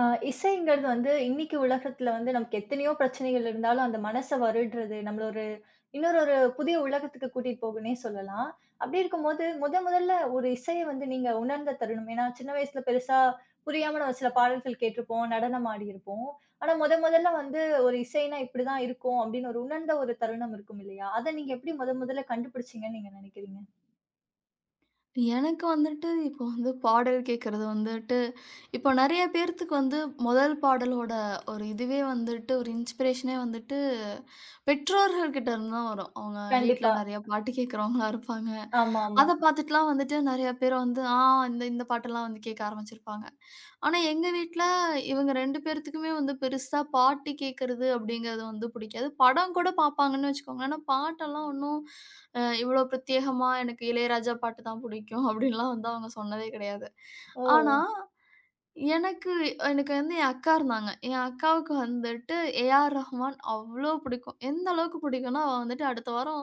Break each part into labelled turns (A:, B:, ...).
A: ஆ, இசைங்கிறது வந்து இன்னைக்கு உலகத்துல வந்து நமக்கு எத்தனையோ பிரச்சனைகள் இருந்தாலும், அந்த மனச வருடுறது, நம்மள இன்னொரு ஒரு புதிய உலகத்துக்கு கூட்டிட்டு போகுன்னே சொல்லலாம். அப்படி இருக்கும்போது, முதல்ல ஒரு இசைய வந்து நீங்க உணர்ந்த தருணம். ஏன்னா, சின்ன வயசுல பெருசா புரியாம நம்ம சில பாடல்கள் கேட்டுருப்போம், நடனம் ஆடியிருப்போம். ஆனா, முதல்ல வந்து ஒரு இசைன்னா இப்படிதான் இருக்கும் அப்படின்னு ஒரு உணர்ந்த ஒரு தருணம் இருக்கும் இல்லையா? அத நீங்க எப்படி முதல்ல கண்டுபிடிச்சீங்கன்னு நீங்க நினைக்கிறீங்க?
B: எனக்கு வந்துட்டு இப்போ வந்து பாடல் கேட்கறது வந்துட்டு இப்போ நெறைய பேர்த்துக்கு வந்து முதல் பாடலோட ஒரு இதுவே வந்துட்டு ஒரு இன்ஸ்பிரேஷனே வந்துட்டு பெற்றோர்கள் கிட்ட இருந்து தான் வரும். அவங்க வீட்ல
A: கண்டிப்பா.
B: நெறைய பாட்டு கேட்கறவங்களா இருப்பாங்க.
A: ஆமாமா.
B: அத பார்த்துட்டுலாம் வந்துட்டு நெறைய பேர் வந்து, இந்த இந்த பாட்டெல்லாம் வந்து கேட்க ஆரம்பிச்சிருப்பாங்க. ஆனா எங்க வீட்ல இவங்க 2 பேர்த்துக்குமே வந்து பெருசா பாட்டு கேட்கறது அப்படிங்கிறது வந்து பிடிக்காது. படம் கூட பார்ப்பாங்கன்னு வச்சுக்கோங்க. ஆனா பாட்டெல்லாம் ஒண்ணும் இவ்வளோ பிரத்யேகமா எனக்கு இளையராஜா பாட்டு தான் பிடிக்கும் அப்படின்லாம் வந்து அவங்க சொன்னதே கிடையாது.
A: ஓ!
B: ஆனா எனக்கு எனக்கு வந்து என் அக்கா இருந்தாங்க. என் அக்காவுக்கு வந்துட்டு ஏ.ஆர். ரஹ்மான் அவ்ளோ பிடிக்கும். எந்த அளவுக்கு பிடிக்கும்னா, அவ வந்துட்டு அடுத்த வாரம்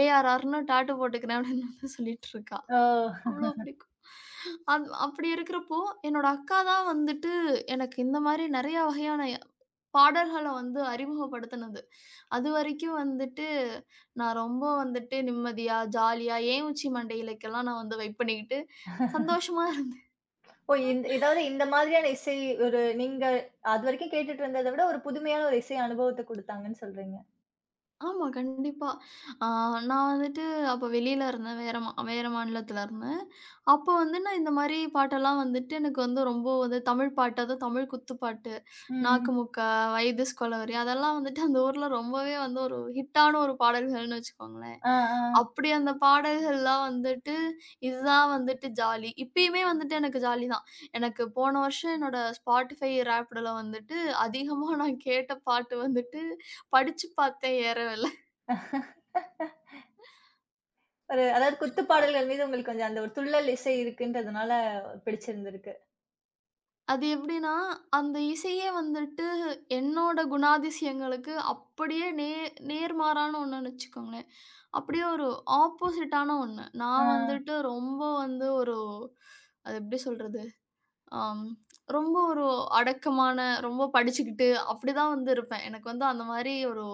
B: ஏ.ஆர்.ஆர்ன்னு டாட்டூ போட்டுக்கிறேன் அப்படின்னு வந்து சொல்லிட்டு இருக்கா.
A: ஓ!
B: அவ்வளோ பிடிக்கும். அப்படி இருக்கிறப்போ, என்னோட அக்கா தான் வந்துட்டு எனக்கு இந்த மாரி நெறைய வகையான பாடல்கள வந்து அறிமுகப்படுத்துனது. அதுவரைக்கும் வந்துட்டு நான் ரொம்ப வந்துட்டு நிம்மதியா, ஜாலியா, "ஏன் உச்சி மண்டையிலக்கெல்லாம்" நான் வந்து வைப் பண்ணிக்கிட்டு சந்தோஷமா
A: ஓ! இந்த ஏதாவது இந்த மாதிரியான இசை ஒரு நீங்க அதுவரைக்கும் கேட்டுட்டு இருந்தத விட, ஒரு புதுமையான ஒரு இசை அனுபவத்த குடுத்தாங்கன்னு சொல்றீங்க.
B: ஆமா, கண்டிப்பா. ஆ நான் வந்துட்டு அப்ப வெளியில இருந்தேன். வேற மாநிலத்தில இருந்தேன். அப்ப வந்து நான் இந்த மாரி பாட்டெல்லாம் வந்துட்டு எனக்கு வந்து ரொம்ப வந்து தமிழ் பாட்டு, அதுவும் தமிழ் குத்துப்பாட்டு,
A: ம்.
B: "நாக்குமுக்கா", "வயதுஸ் கொலவெறி" அதெல்லாம் வந்துட்டு அந்த ஊர்ல ரொம்பவே வந்து ஒரு ஹிட்டான ஒரு பாடல்கள்னு வச்சுக்கோங்களேன்.
A: ஆ, ஆ.
B: அப்படி அந்த பாடல்கள்லாம் வந்துட்டு, இதுதான் வந்துட்டு ஜாலி. இப்பயுமே வந்துட்டு எனக்கு ஜாலி தான். எனக்கு போன வருஷம் என்னோட Spotify Wrappedல வந்துட்டு அதிகமா நான் கேட்ட பாட்டு வந்துட்டு "படிச்சு பார்த்தேன் ஏறவில்ல".
A: ஒரு அதாவது குத்து பாடல்கள் மீது உங்களுக்கு கொஞ்சம் அந்த ஒரு துள்ளல் இசை இருக்குன்றதுனால பிடிச்சிருந்திருக்கு.
B: அது எப்படின்னா, அந்த இசையே வந்துட்டு என்னோட குணாதிசயங்களுக்கு அப்படியே நேர்மாறான ஒண்ணுன்னு வச்சுக்கோங்களேன். அப்படியே ஒரு ஆப்போசிட்டான ஒண்ணு.
A: ஆ,
B: நான் வந்துட்டு ரொம்ப வந்து ஒரு அது எப்படி சொல்றது? ஆம். ரொம்ப ஒரு அடக்கமான, ரொம்ப படிச்சுக்கிட்டு அப்படிதான் வந்து இருப்பேன். எனக்கு வந்து அந்த மாரி ஒரு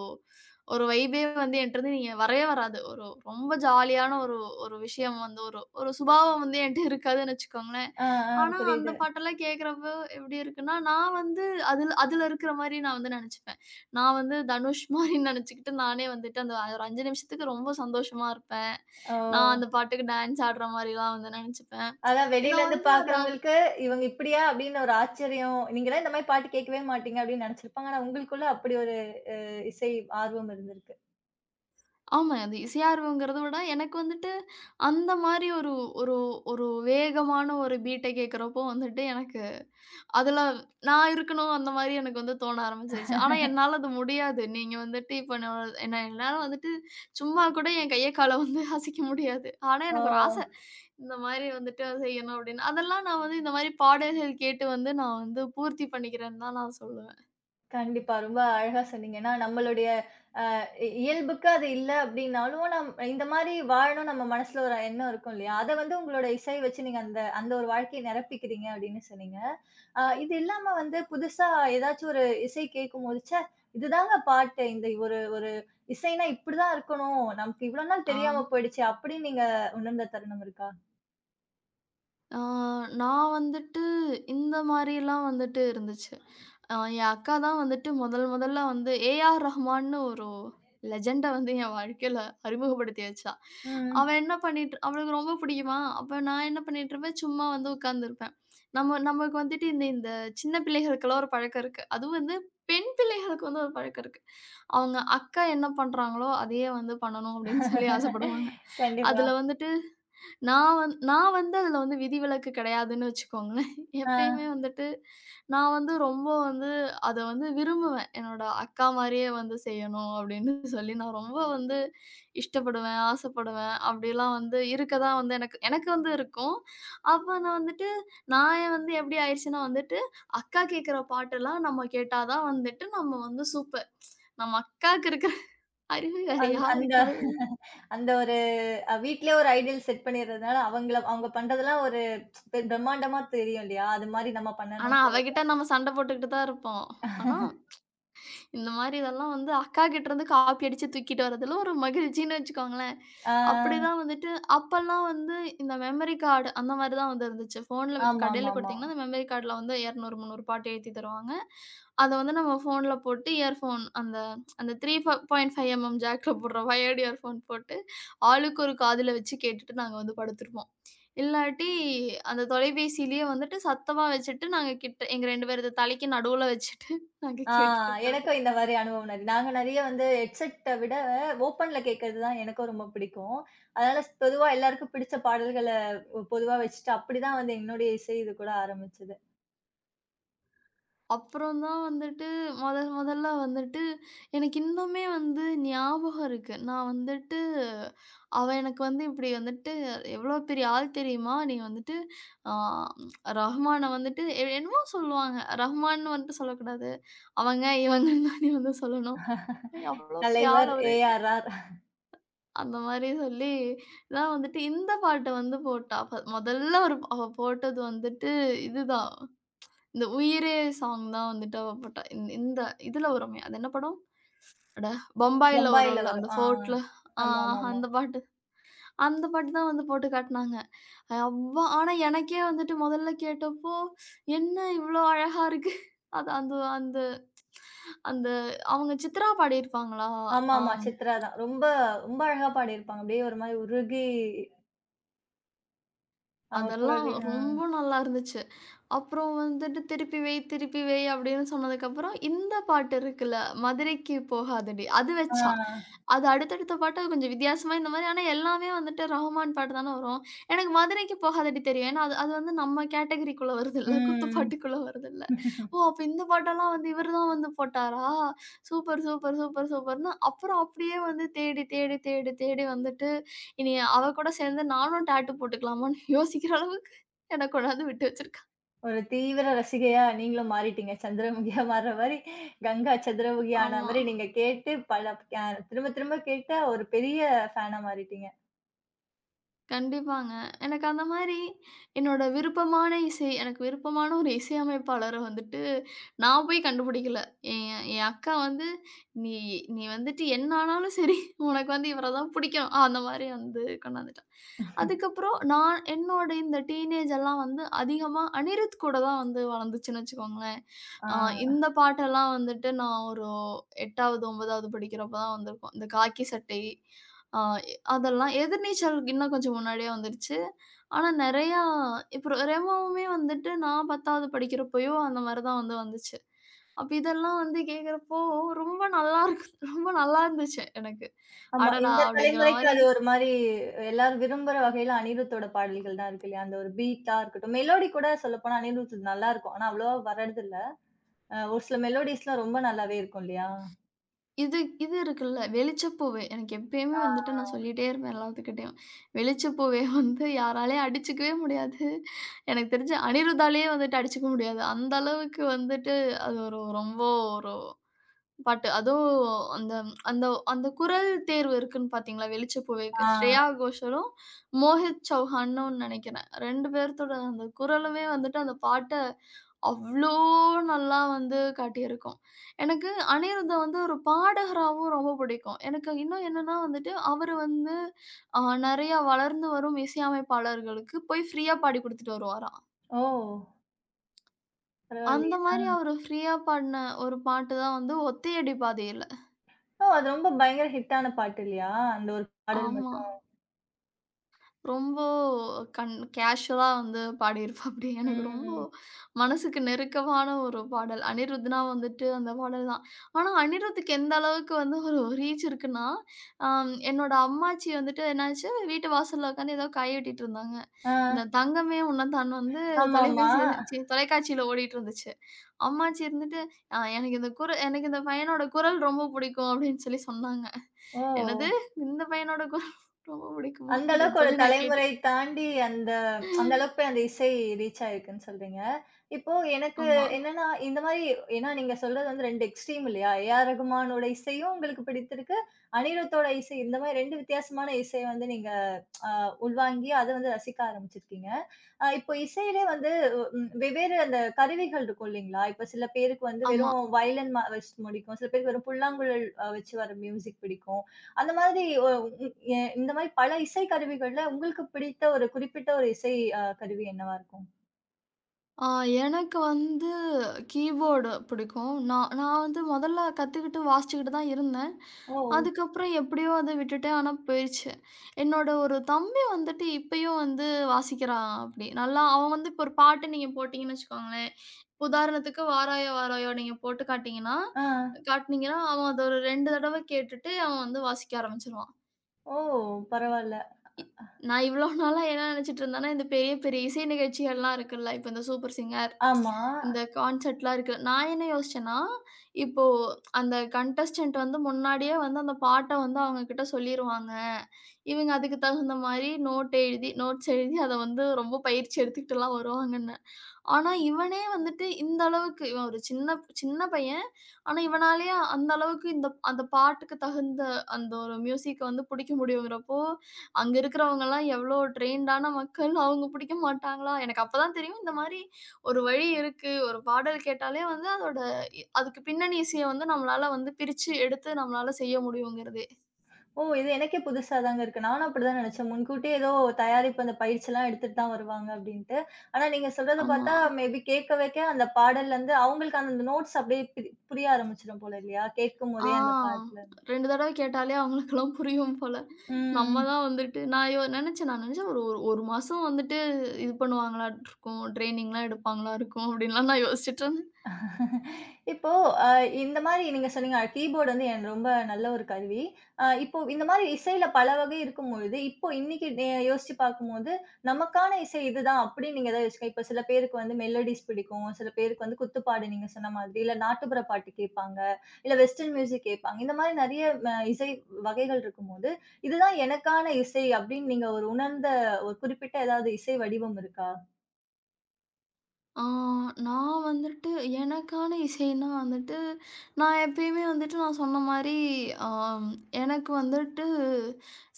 B: ஒரு வைபே வந்து என்ட்டருந்து நீங்க வரவே வராது. ஒரு ரொம்ப ஜாலியான ஒரு ஒரு விஷயம் வந்து ஒரு ஒரு சுபாவம் வந்து என்ட்ட இருக்காதுன்னு வச்சுக்கோங்களேன்.
A: ஆ, ஆ.
B: ஆனா அந்த
A: புரியுது.
B: பாட்டெல்லாம் கேட்குறப்போ எப்படி இருக்குன்னா, நான் வந்து அதுல அதுல இருக்கிற மாரி நான் வந்து நெனச்சுப்பேன். நான் வந்து தனுஷ் மாரி நெனச்சுக்கிட்டு நானே வந்துட்டு அந்த ஒரு 5 நிமிஷத்துக்கு ரொம்ப சந்தோஷமா இருப்பேன்.
A: ஓ!
B: நான் அந்த பாட்டுக்கு டான்ஸ் ஆடுற மாரிலாம் வந்து நெனச்சுப்பேன்.
A: அதான்
B: ஏன்னா
A: வெளியிலருந்து
B: வந்து அது
A: பார்க்குறவங்களுக்கு, இவங்க இப்படியா? அப்படின்னு ஒரு ஆச்சரியம். நீங்கலாம் இந்த மாரி பாட்டு கேட்கவே மாட்டீங்க அப்படின்னு நெனச்சிருப்பாங்க. ஆனா உங்களுக்குள்ள அப்படி ஒரு இசை ஆர்வம் இருந்திருக்கு.
B: ஆமா. அது இசையா இருக்குங்கிறத விட, எனக்கு வந்துட்டு அந்த மாரி ஒரு ஒரு ஒரு வேகமான ஒரு பீட்ட கேட்கிறப்போ வந்துட்டு, எனக்கு அதுல நான் இருக்கணும் அந்த மாரி எனக்கு வந்து தோண ஆரம்பிச்சுருச்சு. ஆனா என்னால அது முடியாது. நீங்க வந்துட்டு இப்ப நான் என்ன என்னால வந்துட்டு சும்மா கூட என் கைய கால வந்து அசைக்க முடியாது. ஆனா எனக்கு ஒரு
A: ஓ!
B: ஆசை. இந்த மாரி வந்துட்டு செய்யணும் அப்படின்னு. அதெல்லாம் நான் வந்து இந்த மாரி பாடல்கள் கேட்டு வந்து நான் வந்து பூர்த்தி பண்ணிக்கிறேன்னு தான் நான் சொல்லுவேன்.
A: கண்டிப்பா. ரொம்ப அழகா சொன்னீங்க. ஏன்னா நம்மளுடைய இயல்புக்கு அது இல்ல அப்டின்னாலும், இந்த மாரி வாழணும் நம்ம மனசுல ஒரு எண்ணம் இருக்கும் இல்லையா? அத வந்து உங்களோட இசை வச்சு நீங்க அந்த அந்த ஒரு வாழ்க்கைய நிரப்பிக்கிறீங்க அப்டின்னு சொன்னீங்க. இது இல்லாம வந்து புதுசா ஏதாச்சும் ஒரு இசை கேட்கும்போது, ச்சே! இதுதாங்க பாட்டு. இந்த ஒரு ஒரு இசைனா இப்டிதான் இருக்கணும். நமக்கு இவ்ளோ நாள்
B: ஆ.
A: தெரியாம போயிடுச்சே! அப்டின்னு நீங்க உணர்ந்த தருணம் இருக்கா?
B: ஆ நான் வந்துட்டு இந்த மாரிலாம் வந்துட்டு இருந்துச்சு. என் அக்கா தான் வந்துட்டு முதல் முதல்ல வந்து ஏஆர் ரஹ்மான்னு ஒரு லெஜெண்ட வந்து என் வாழ்க்கையில அறிமுகப்படுத்தி வச்சா. அவ
A: ம்.
B: என்ன பண்ணிட்டு அவளுக்கு ரொம்ப பிடிக்குமா, அப்ப நான் என்ன பண்ணிட்டு இருப்பேன், சும்மா வந்து உட்கார்ந்துருப்பேன். நம்ம நமக்கு வந்துட்டு இந்த இந்த சின்ன பிள்ளைகளுக்கெல்லாம் ஒரு பழக்கம் இருக்கு. அதுவும் வந்து பெண் பிள்ளைகளுக்கு வந்து ஒரு பழக்கம் இருக்கு. அவங்க அக்கா என்ன பண்றாங்களோ, அதையே வந்து பண்ணணும் அப்படின்னு சொல்லி ஆசைப்படுவாங்க.
A: கண்டிப்பா.
B: அதுல வந்துட்டு நான் வந்து அதில வந்து விதிவிலக்கு கிடையாதுன்னு வச்சுக்கோங்களேன். எப்பயுமே
A: ஆ.
B: வந்துட்டு நான் வந்து ரொம்ப வந்து அத வந்து விரும்புவேன். என்னோட அக்கா மாரியே வந்து செய்யணும் அப்படின்னு சொல்லி நான் ரொம்ப வந்து இஷ்டப்படுவேன், ஆசைப்படுவேன். அப்படிலாம் வந்து இருக்க தான் வந்து எனக்கு எனக்கு வந்து இருக்கும். அப்ப நான் வந்துட்டு நான் ஏன் வந்து எப்படி ஆயிடுச்சுன்னா வந்துட்டு, அக்கா கேட்கிற பாட்டெல்லாம் நம்ம கேட்டா தான் வந்துட்டு நம்ம வந்து சூப்பர். நம்ம அக்காவுக்கு இருக்கிற அறிவு வேற
A: அந் அந்த
B: யாருக்குமே இல்ல.
A: அந்த ஒரு வீட்லயே ஒரு ஐடியல் செட் பண்ணிறதுனால, அவங்கள அவங்க பண்றதெல்லாம் ஒரு பிரம்மாண்டமா தெரியும் இல்லையா? அது மாரி நம்ம
B: ஆனா
A: பண்ணணும்ன்ற
B: அவகிட்ட நம்ம சண்டை போட்டுக்கிட்டு தான் இருப்போம். ஆனா இந்த மாரி இதெல்லாம் வந்து அக்காகிட்ட இருந்து காப்பி அடிச்சு தூக்கிட்டு வரதுல ஒரு மகிழ்ச்சின்னு வச்சுக்கோங்களேன்.
A: ஆ,
B: அப்படிதான் வந்துட்டு அப்பல்லாம் வந்து இந்த மெமரி கார்டு அந்த மாரி தான் வந்து இருந்துச்சு. ஃபோன்ல இப்ப கடையில
A: ஆமாமாமா.
B: கொடுத்தீங்கன்னா, அந்த மெமரி கார்டுல வந்து 200, 300 பாட்டு எழுதி தருவாங்க. அத வந்து நம்ம ஃபோன்ல போட்டு இயர்ஃபோன் அந்த அந்த 3 0.5 எம்எம் ஜாக்ல போடுற வயர்டு இயர்ஃபோன் போட்டு, ஆளுக்கு ஒரு காதுல வச்சு கேட்டுட்டு நாங்க வந்து படுத்துருப்போம். இல்லாட்டி அந்த தொலைபேசியிலேயே வந்துட்டு சத்தமா வச்சுட்டு நாங்க கிட்ட எங்க 2 பேரது தலைக்கு நடுவுல வச்சுட்டு நாங்க
A: ஆ,
B: கேட்டுட்டு
A: எனக்கும்
B: படுத்துருப்போம்.
A: இந்த மாரி அனுபவம் நாங்க நெறைய வந்து ஹெட்செட்ட விட ஓப்பன்ல கேட்கறது தான் எனக்கும் ரொம்ப பிடிக்கும். அதனால பொதுவா எல்லாருக்கும் பிடிச்ச பாடல்கள பொதுவா வச்சுட்டு அப்படிதான் வந்து என்னுடைய இசை இது கூட ஆரம்பிச்சது.
B: அப்புறம் தான் வந்துட்டு முதல் முதல்ல வந்துட்டு எனக்கு இன்னுமே வந்து ஞாபகம் இருக்கு. நான் வந்துட்டு அவ எனக்கு வந்து இப்படி வந்துட்டு "எவ்வளோ பெரிய ஆள் தெரியுமா? நீ வந்துட்டு ஆ ரஹ்மான வந்துட்டு" என்னமோ சொல்லுவாங்க. ரஹ்மான்னு வந்துட்டு சொல்லக்கூடாது. அவங்க, இவங்கன்னு தான் நீ வந்து சொல்லணும். "அவ்வளோ பெரிய ஆள்
A: தலைவர்,
B: அவரு."
A: ஏ.ஆர்.ஆர்.
B: அந்த மாரி சொல்லி தான் வந்துட்டு இந்த பாட்ட வந்து போட்டா. அப்ப முதல்ல ஒரு அவ போட்டது வந்துட்டு இதுதான். இந்த "உயிரே" சாங் தான் வந்துட்டு அவ போட்டா. இந்த இதுல வருமே, அது என்ன படம்? அட பம்பாய்ல
A: பம்பாயில
B: வரும்ல,
A: வரும்.
B: அந்த
A: ஆ.
B: ஃபோர்ட்ல. ஆ
A: ஆமாமாமா.
B: அந்த பாட்டு. அந்த பாட்டு தான் வந்து போட்டு காட்டுனாங்க. ஆனா எனக்கே வந்துட்டு முதல்ல கேட்டப்போ, என்ன இவ்ளோ அழகா இருக்கு. அது அந்த அந்த அந்த அவங்க சித்ரா பாடியிருப்பாங்களா?
A: ஆமாமா.
B: ஆம்.
A: சித்ரா தான். ரொம்ப ரொம்ப அழகா பாடியிருப்பாங்க. அப்படியே ஒரு மாரி உருகி அவங்க
B: அதெல்லாம்
A: குரலு
B: ரொம்ப நல்லா இருந்துச்சு. அப்புறம் வந்துட்டு "திருப்பி வை, திருப்பி வை" அப்படின்னு சொன்னதுக்கப்புறம், இந்த பாட்டு இருக்குல்ல, "மதுரைக்கு போகாதடி" அது வச்சா.
A: ஆ,
B: அது அடுத்தடுத்த பாட்டு கொஞ்சம் வித்தியாசமா இந்த மாதிரி ஆனா எல்லாமே வந்துட்டு ரஹ்மான் பாட்டு தானே வரும். எனக்கு மதுரைக்கு போகாதடி தெரியும். ஏன்னா அது அது வந்து நம்ம கேட்டகரிக்குள்ள வருதுல்ல. குத்து
A: ம்.
B: பாட்டுக்குள்ள வருதுல்ல. ஓ! அப்ப இந்த பாட்டெல்லாம் வந்து இவரு தான் வந்து போட்டாரா? சூப்பர், சூப்பர், சூப்பர், சூப்பர்ன்னு அப்புறம் அப்படியே வந்து தேடி, தேடி, தேடி, தேடி வந்துட்டு இனி அவ கூட சேர்ந்து நானும் டாட்டூ போட்டுக்கலாமான்னு யோசிக்கிற அளவுக்கு என்ன கொண்டாந்து விட்டு வச்சிருக்கா.
A: ஒரு தீவிர ரசிகையா நீங்களும் மாறிட்டீங்க. சந்திரமுகியா மார்ற மாரி, கங்கா சந்திரமுகி ஆன
B: ஆமா.
A: மாரி நீங்க கேட்டு பல அ திரும்ப திரும்ப கேட்ட ஒரு பெரிய ஃபேனா மாறிட்டீங்க.
B: கண்டிப்பாங்க. எனக்கு அந்த மாரி என்னோட விருப்பமான இசை எனக்கு விருப்பமான ஒரு இசையமைப்பாளர வந்துட்டு நான் போய் கண்டுபிடிக்கல. என் என் அக்கா வந்து, "நீ நீ வந்துட்டு என்ன ஆனாலும் சரி, உனக்கு வந்து இவர தான் பிடிக்கும்." அந்த மாரி வந்து கொண்டாந்துட்டா. அதுக்கப்புறம் நான் என்னோட இந்த டீனேஜ் எல்லாம் வந்து அதிகமா அனிருத் கூட தான் வந்து வளர்ந்துச்சுன்னு வச்சுக்கோங்களேன்.
A: ஆ,
B: அ இந்த பாட்டெல்லாம் வந்துட்டு நான் ஒரு 8வது, 9வது படிக்கிறப்ப தான் வந்திருக்கும். இந்த காக்கி சட்டை, அ அதெல்லாம் எதிர்நீச்சல் இன்னும் கொஞ்சம் முன்னாடியே வந்துருச்சு. ஆனா நெறையா இப்போ ரெமோவுமே வந்துட்டு நான் 10வது படிக்கிறப்பயோ அந்த மாரி தான் வந்து வந்துச்சு. அப்ப இதெல்லாம் வந்து கேட்கிறப்போ ரொம்ப நல்லா இருக்கு ரொம்ப நல்லா இருந்துச்சு எனக்கு.
A: ஆமா.
B: அடடா!
A: இந்த
B: அப்படிங்கிற
A: தலைமுறைக்கு
B: மாரி.
A: அது ஒரு மாரி எல்லாரும் விரும்புற வகையில அனிருத்தோட பாடல்கள் தான் இருக்கு இல்லையா? அந்த ஒரு பீட்டா இருக்கட்டும், மெலோடி கூட சொல்லப்போனா அனிருத்து நல்லாருக்கும். ஆனா அவ்வளவா வர்றதில்ல. ஒரு சில மெலோடிஸ்லாம் ரொம்ப நல்லாவே இருக்கும் இல்லையா?
B: இது இது இருக்குல்ல வெளிச்சப்பூவே எனக்கு எப்பயுமே
A: ஆ,
B: வந்துட்டு நான் சொல்லிட்டே இருப்பேன் எல்லாத்துக்கிட்டயும். வெளிச்சப்பூவே வந்து யாராலயும் அடிச்சுக்கவே முடியாது. எனக்கு தெரிஞ்சு அனிருத்தாலயே வந்துட்டு அடிச்சுக்க முடியாது. அந்த அளவுக்கு வந்துட்டு அது ஒரு ரொம்ப ஒரு பாட்டு. அதுவும் அந்த அந்த அந்த குரல் தேர்வு இருக்குன்னு பார்த்தீங்களா? வெளிச்சப்பூவேக்கு.
A: ஆ.
B: ஸ்ரேயா கோஷலும், மோஹித் சௌஹானுன்னு நெனைக்கிறேன். 2 பேர்த்தோட அந்த குரலுமே வந்துட்டு அந்த பாட்ட அவ்ளோ நல்லா வந்து காட்டியிருக்கும். எனக்கு அனிருத்த வந்து ஒரு பாடகராவும் ரொம்ப பிடிக்கும். எனக்கு இன்னும் என்னன்னா வந்துட்டு, அவரு வந்து நெறையா வளர்ந்து வரும் இசையமைப்பாளர்களுக்கு போய் ஃப்ரீயா பாடி குடுத்துட்டு வருவாராம்.
A: ஓ!
B: அந்த
A: பரவாயில்லையே!
B: மாரி அவரு ஃப்ரீயா பாடுன ஒரு பாட்டு தான் வந்து "ஒத்தையடி பாதையில".
A: ஓ! அது ரொம்ப பயங்கர ஹிட்டான பாட்டு இல்லையா? அந்த ஒரு பாடல்
B: ஆமா.
A: மட்டும்.
B: ரொம்ப கேஷுவலா வந்து பாடியிருப்பாப்படி. எனக்கு ரொம்ப
A: ம்.
B: மனசுக்கு நெருக்கமான ஒரு பாடல். அனிருத்னா வந்துட்டு அந்த பாடல் தான். ஆனா, அனிருத்துக்கு எந்த அளவுக்கு வந்து ஒரு ரீச் இருக்குன்னா, என்னோட அம்மாச்சி வந்துட்டு என்னாச்சு, வீட்டு வாசல்ல உட்காந்து ஏதோ காய் வெட்டிட்டு இருந்தாங்க.
A: ஆ.
B: இந்த "தங்கமே உன்னத்தான்" வந்து
A: ஆமாமா.
B: தொலைபேசி ச்சீ தொலைக்காட்சியில ஓடிட்டு இருந்துச்சு. அம்மாச்சி இருந்துட்டு, எனக்கு இந்த எனக்கு இந்த பையனோட குரல் ரொம்ப பிடிக்கும்" அப்படின்னு சொல்லி சொன்னாங்க.
A: ஓ!
B: "என்னது? இந்த பையனோட குரல்?" ரொம்ப பிடிக்குமா?
A: அந்த அளவுக்கு
B: அப்படின்னு
A: ஒரு
B: சொல்லி நான்
A: தலைமுறை
B: கேட்டுட்டு
A: தாண்டி அந்த அந்த அளவுக்கு போய் அந்த இசை ரீச் ஆயிருக்குன்னு சொல்றீங்க. இப்போ எனக்கு
B: ஆமா,
A: என்னன்னா, இந்த மாரி ஏன்னா நீங்க சொல்றது வந்து 2 எக்ஸ்ட்ரீம் இல்லையா? ஏ.ஆர். ரகுமானோட இசையும் உங்களுக்கு பிடித்திருக்கு. அனிருத்தோட இசை இந்த மாரி 2 வித்தியாசமான இசைய வந்து நீங்க அ உள்வாங்கி அத வந்து ரசிக்க ஆரம்பிச்சிருக்கீங்க. இப்போ இசையிலே வந்து வெவ்வேறு அந்த கருவிகள் இருக்கும் இல்லைங்களா? இப்ப சில பேருக்கு வந்து
B: ஆமா.
A: வெறும் வயலின் வச்சு முடிக்கும். சில பேருக்கு வெறும் புல்லாங்குழல் வச்சு வர மியூசிக் பிடிக்கும். அந்த மாதிரி ஒ ம் எ இந்த மாதிரி பல இசை கருவிகள்ல உங்களுக்கு பிடித்த ஒரு குறிப்பிட்ட ஒரு இசை கருவி என்னவா இருக்கும்?
B: ஆ எனக்கு வந்து கீபோர்டு பிடிக்கும். நான் நான் வந்து முதல்ல கத்துக்கிட்டு வாசிச்சுக்கிட்டு தான் இருந்தேன்.
A: ஓ!
B: அதுக்கப்புறம் எப்படியோ அத விட்டுட்டேன். ஆனா போயிருச்சு. என்னோட ஒரு தம்பி வந்துட்டு இப்பயும் வந்து வாசிக்கிறான் அப்படி. நல்லா அவன் வந்து இப்போ ஒரு பாட்டு நீங்க போட்டீங்கன்னு வச்சுக்கோங்களேன். இப்ப உதாரணத்துக்கு "வாராயோ வாராயோ" நீங்க போட்டு
A: ஆ.
B: காட்டுனீங்கன்னா, அவன் அத ஒரு 2 தடவ கேட்டுட்டு அவன் வந்து வாசிக்க ஆரம்பிச்சுருவான்.
A: ஓ! பரவால்ல.
B: இ நான் இவ்ளோ நாளா என்ன நினைச்சுட்டு இருந்தேன்னா, இந்த பெரிய பெரிய இசை நிகழ்ச்சிகள்லாம் இருக்குல்ல. இப்ப இந்த சூப்பர் சிங்கர்,
A: ஆமா.
B: இந்த கான்சர்ட்லாம் இருக்கு. நான் என்ன யோசிச்சேன்னா, இப்போ அந்த கண்டஸ்டன்ட் வந்து முன்னாடியே வந்து அந்த பாட்ட வந்து அவங்க கிட்ட சொல்லிருவாங்க. இவங்க அதுக்கு தகுந்த மாரி நோட் எழுதி நோட்ஸ் எழுதி அத வந்து ரொம்ப பயிற்சி எடுத்துக்கிட்டுலாம் வருவாங்கன்னு. ஆனா, இவனே வந்துட்டு இந்த அளவுக்கு இவன் ஒரு சின்ன சின்ன பையன். ஆனா, இவனாலயே அந்த அளவுக்கு இந்த அந்த பாட்டுக்கு தகுந்த அந்த ஒரு மியூசிக்க வந்து புடிக்க முடியுங்கிறப்போ, அங்க இருக்கிறவங்கலாம் எவ்ளோ ட்ரெயின்டான மக்கள். அவங்க புடிக்க மாட்டாங்களா? எனக்கு அப்பதான் தெரியும், இந்த மாரி ஒரு வழி இருக்கு. ஒரு பாடல் கேட்டாலே வந்து அதோட அதுக்கு பின்னணி இசைய வந்து நம்மளால வந்து பிரிச்சு எடுத்து நம்மளால செய்ய முடியுங்கிறதே.
A: ஓ! இது எனக்கே புதுசா தாங்க இருக்கு. நானும் அப்படிதான் நெனச்சேன். முன்கூட்டியே ஏதோ தயாரிப்பு அந்த பயிற்சிலாம் எடுத்துட்டு தான் வருவாங்க அப்டின்ட்டு. ஆனா நீங்க சொல்றத
B: ஆமா.
A: பார்த்தா மேபி கேட்க வைக்க அந்த பாடல்லருந்து அவங்களுக்கு அந்த நோட்ஸ் அப்படியே புரிய ஆரம்பிச்சுரும் போல இல்லையா?
B: ஆ
A: கேட்கும்போதே அந்த பாட்டுல.
B: 2 தடவ கேட்டாலே அவங்களுக்கெல்லாம் புரியும் போல. நம்ம
A: ம்.
B: தான் வந்துட்டு நான் யோ நெனச்சேன் நெனச்சேன் ஒரு ஒரு 1 மாசம் வந்துட்டு இது பண்ணுவாங்களாட்ருக்கும். ட்ரெய்னிங்லாம் எடுப்பாங்களா இருக்கும் அப்டின்லாம் நான் யோசிச்சுட்டுருந்தேன்.
A: இப்போ அ இந்த மாரி நீங்க சொன்னீங்க கீபோர்டு வந்து என் ரொம்ப நல்ல ஒரு கருவி. இப்போ இந்த மாரி இசையில பல வகை இருக்கும்பொழுது, இப்போ இன்னைக்கு யோசிச்சு பார்க்கும்போது, நமக்கான இசை இதுதான் அப்படின்னு நீங்க எதாவது யோசிக்க இப்போ சில பேருக்கு வந்து மெலோடிஸ் பிடிக்கும். சில பேருக்கு வந்து குத்துப்பாடு நீங்க சொன்ன மாதிரி, இல்ல நாட்டுப்புற பாட்டு கேட்பாங்க. இல்ல வெஸ்டர்ன் மியூசிக் கேட்பாங்க. இந்த மாரி நெறைய இசை வகைகள் இருக்கும்போது, இதுதான் எனக்கான இசை அப்படின்னு நீங்க ஒரு உணர்ந்த ஒரு குறிப்பிட்ட ஏதாவது இசை வடிவம் இருக்கா?
B: ஆ நான் வந்துட்டு எனக்கான இசைன்னா வந்துட்டு, நான் எப்பயுமே வந்துட்டு நான் சொன்ன மாரி அ எனக்கு வந்துட்டு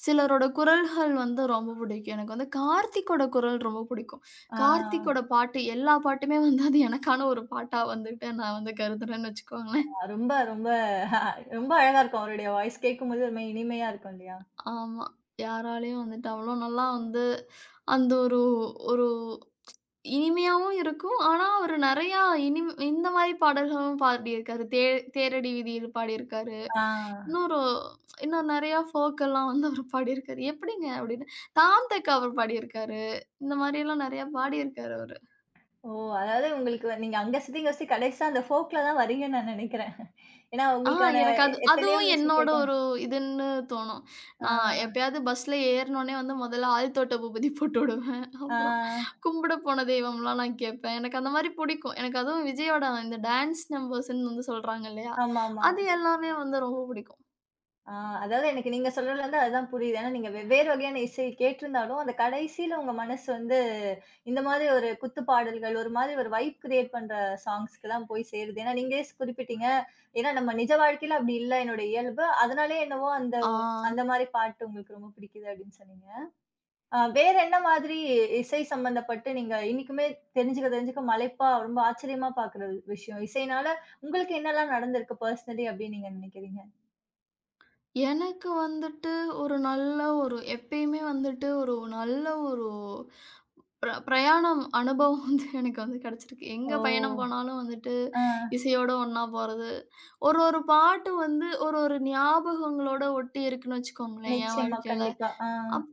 B: சிலரோட குரல்கள் வந்து ரொம்ப புடிக்கும். எனக்கு வந்து கார்த்திக்கோட குரல் ரொம்ப புடிக்கும்.
A: ஆ.
B: கார்த்திக்கோட பாட்டு எல்லா பாட்டுமே வந்து அது எனக்கான ஒரு பாட்டா வந்துட்டு நான் வந்து கருதுறேன்னு வச்சுக்கோங்களேன்.
A: ரொம்ப, ரொம்ப ரொம்ப அழகா இருக்கும். அவருடைய வாய்ஸ் கேட்கும்போது ஒரு மாரி இனிமையா இருக்கும் இல்லையா?
B: ஆமா. யாராலயும் வந்துட்டு அவ்ளோ நல்லா வந்து அந்த ஒரு ஒரு இனிமையாவும் இருக்கும். ஆனா, அவரு நெறையா இந்த மாரி பாடல்களும் பாடியிருக்காரு. தேரடி வீதியில் பாடியிருக்காரு.
A: ஆ.
B: இன்னொரு இன்னும் நெறையா ஃபோக்கெல்லாம் வந்து அவரு பாடியிருக்காரு. எப்படிங்க அப்படின்னு தாந்தக் அவர் பாடியிருக்காரு. இந்த மாரியெல்லாம் நெறையா பாடியிருக்காரு அவரு.
A: ஓ! அதாவது உங்களுக்கு நீங்க அங்க சுத்தி, இங்க சுத்தி கடைசியா அந்த ஃபோக்ல தான் வரீங்கன்னு நான் நெனைக்கிறேன். ஏன்னா,
B: ஆ
A: உங்களுக்கான
B: எனக்கு அது
A: எத்தனையோ
B: அதுவும்
A: மியூசிக்
B: என்னோட
A: கேட்டேன்.
B: ஒரு இதுன்னு தோணும்.
A: ஆ,
B: நான் எப்பயாவது பஸ்ல ஏறுனோனே வந்து முதல்ல ஆழ்தோட்ட பூபதி போட்டுடுவேன்.
A: ஆ,
B: அப்புறம் கும்பிட போன தெய்வம்லாம் நான் கேட்பேன். எனக்கு அந்த மாரி பிடிக்கும். எனக்கு அதுவும் விஜயோட இந்த டான்ஸ் நம்பர்ஸ்ன்னு வந்து சொல்றாங்க இல்லையா?
A: ஆமாமா.
B: அது எல்லாமே வந்து ரொம்ப பிடிக்கும்.
A: ஆ, அதாவது எனக்கு நீங்க சொல்றதுலருந்து அதுதான் புரியுது. ஏன்னா நீங்க வெவ்வேறு வகையான இசை கேட்டிருந்தாலும், அந்த கடைசியில உங்க மனசு வந்து இந்த மாதிரி ஒரு குத்து பாடல்கள், ஒரு மாதிரி ஒரு வைப் கிரியேட் பண்ற சாங்ஸ்க்கு தான் போய் சேருது. ஏன்னா நீங்களே குறிப்பிட்டீங்க. ஏன்னா நம்ம நிஜ வாழ்க்கையில அப்படி இல்ல என்னோட இயல்பு. அதனாலயே என்னவோ அந்த
B: ஆ
A: அந்த மாரி பாட்டு உங்களுக்கு ரொம்ப பிடிக்குது அப்படின்னு சொன்னீங்க. வேற என்ன மாதிரி இசை சம்பந்தப்பட்டு நீங்க இன்னைக்குமே தெரிஞ்சுக்க தெரிஞ்சுக்க மலைப்பா ரொம்ப ஆச்சரியமா பார்க்குற விஷயம்? இசைனால உங்களுக்கு என்னலாம் நடந்திருக்கு பர்சனலி அப்படின்னு நீங்க நினைக்கிறீங்க?
B: எனக்கு வந்துட்டு ஒரு நல்ல ஒரு எப்பயுமே வந்துட்டு ஒரு நல்ல ஒரு பிரயாணம் அனுபவம் வந்து எனக்கு வந்து கிடைச்சிருக்கு. எங்க
A: ஓ!
B: பயணம் போனாலும் வந்துட்டு,
A: ஆ.
B: இசையோட ஒண்ணா போறது. ஒரு ஒரு பாட்டு வந்து ஒரு ஒரு ஞாபகங்களோட ஒட்டி இருக்குன்னு வச்சுக்கோங்களேன், என்
A: நிச்சயமா,
B: வாழ்க்கையில.
A: கண்டிப்பா. ஆ.
B: அப்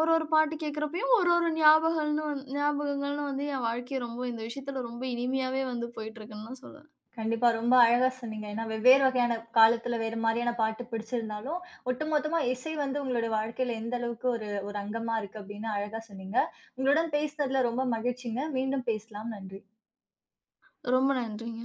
B: ஒரு ஒரு பாட்டு கேட்கிறப்பயும் ஒரு ஒரு ஞாபகங்கள்னு வந்து என் வாழ்க்கை ரொம்ப இந்த விஷயத்துல ரொம்ப இனிமையாவே வந்து போயிட்டுருக்குன்னு தான் சொல்லுவேன்.
A: கண்டிப்பா. ரொம்ப அழகா சொன்னீங்க. ஏன்னா வெவ்வேறு வகையான காலத்துல வேறு மாரியான பாட்டு பிடிச்சிருந்தாலும், ஒட்டுமொத்தமா இசை வந்து உங்களுடைய வாழ்க்கையில எந்த அளவுக்கு ஒரு ஒரு அங்கமா இருக்கு அப்படின்னு அழகா சொன்னீங்க. உங்களுடன் பேசினதுல ரொம்ப மகிழ்ச்சிங்க. மீண்டும் பேசலாம். நன்றி.
B: ரொம்ப நன்றிங்க.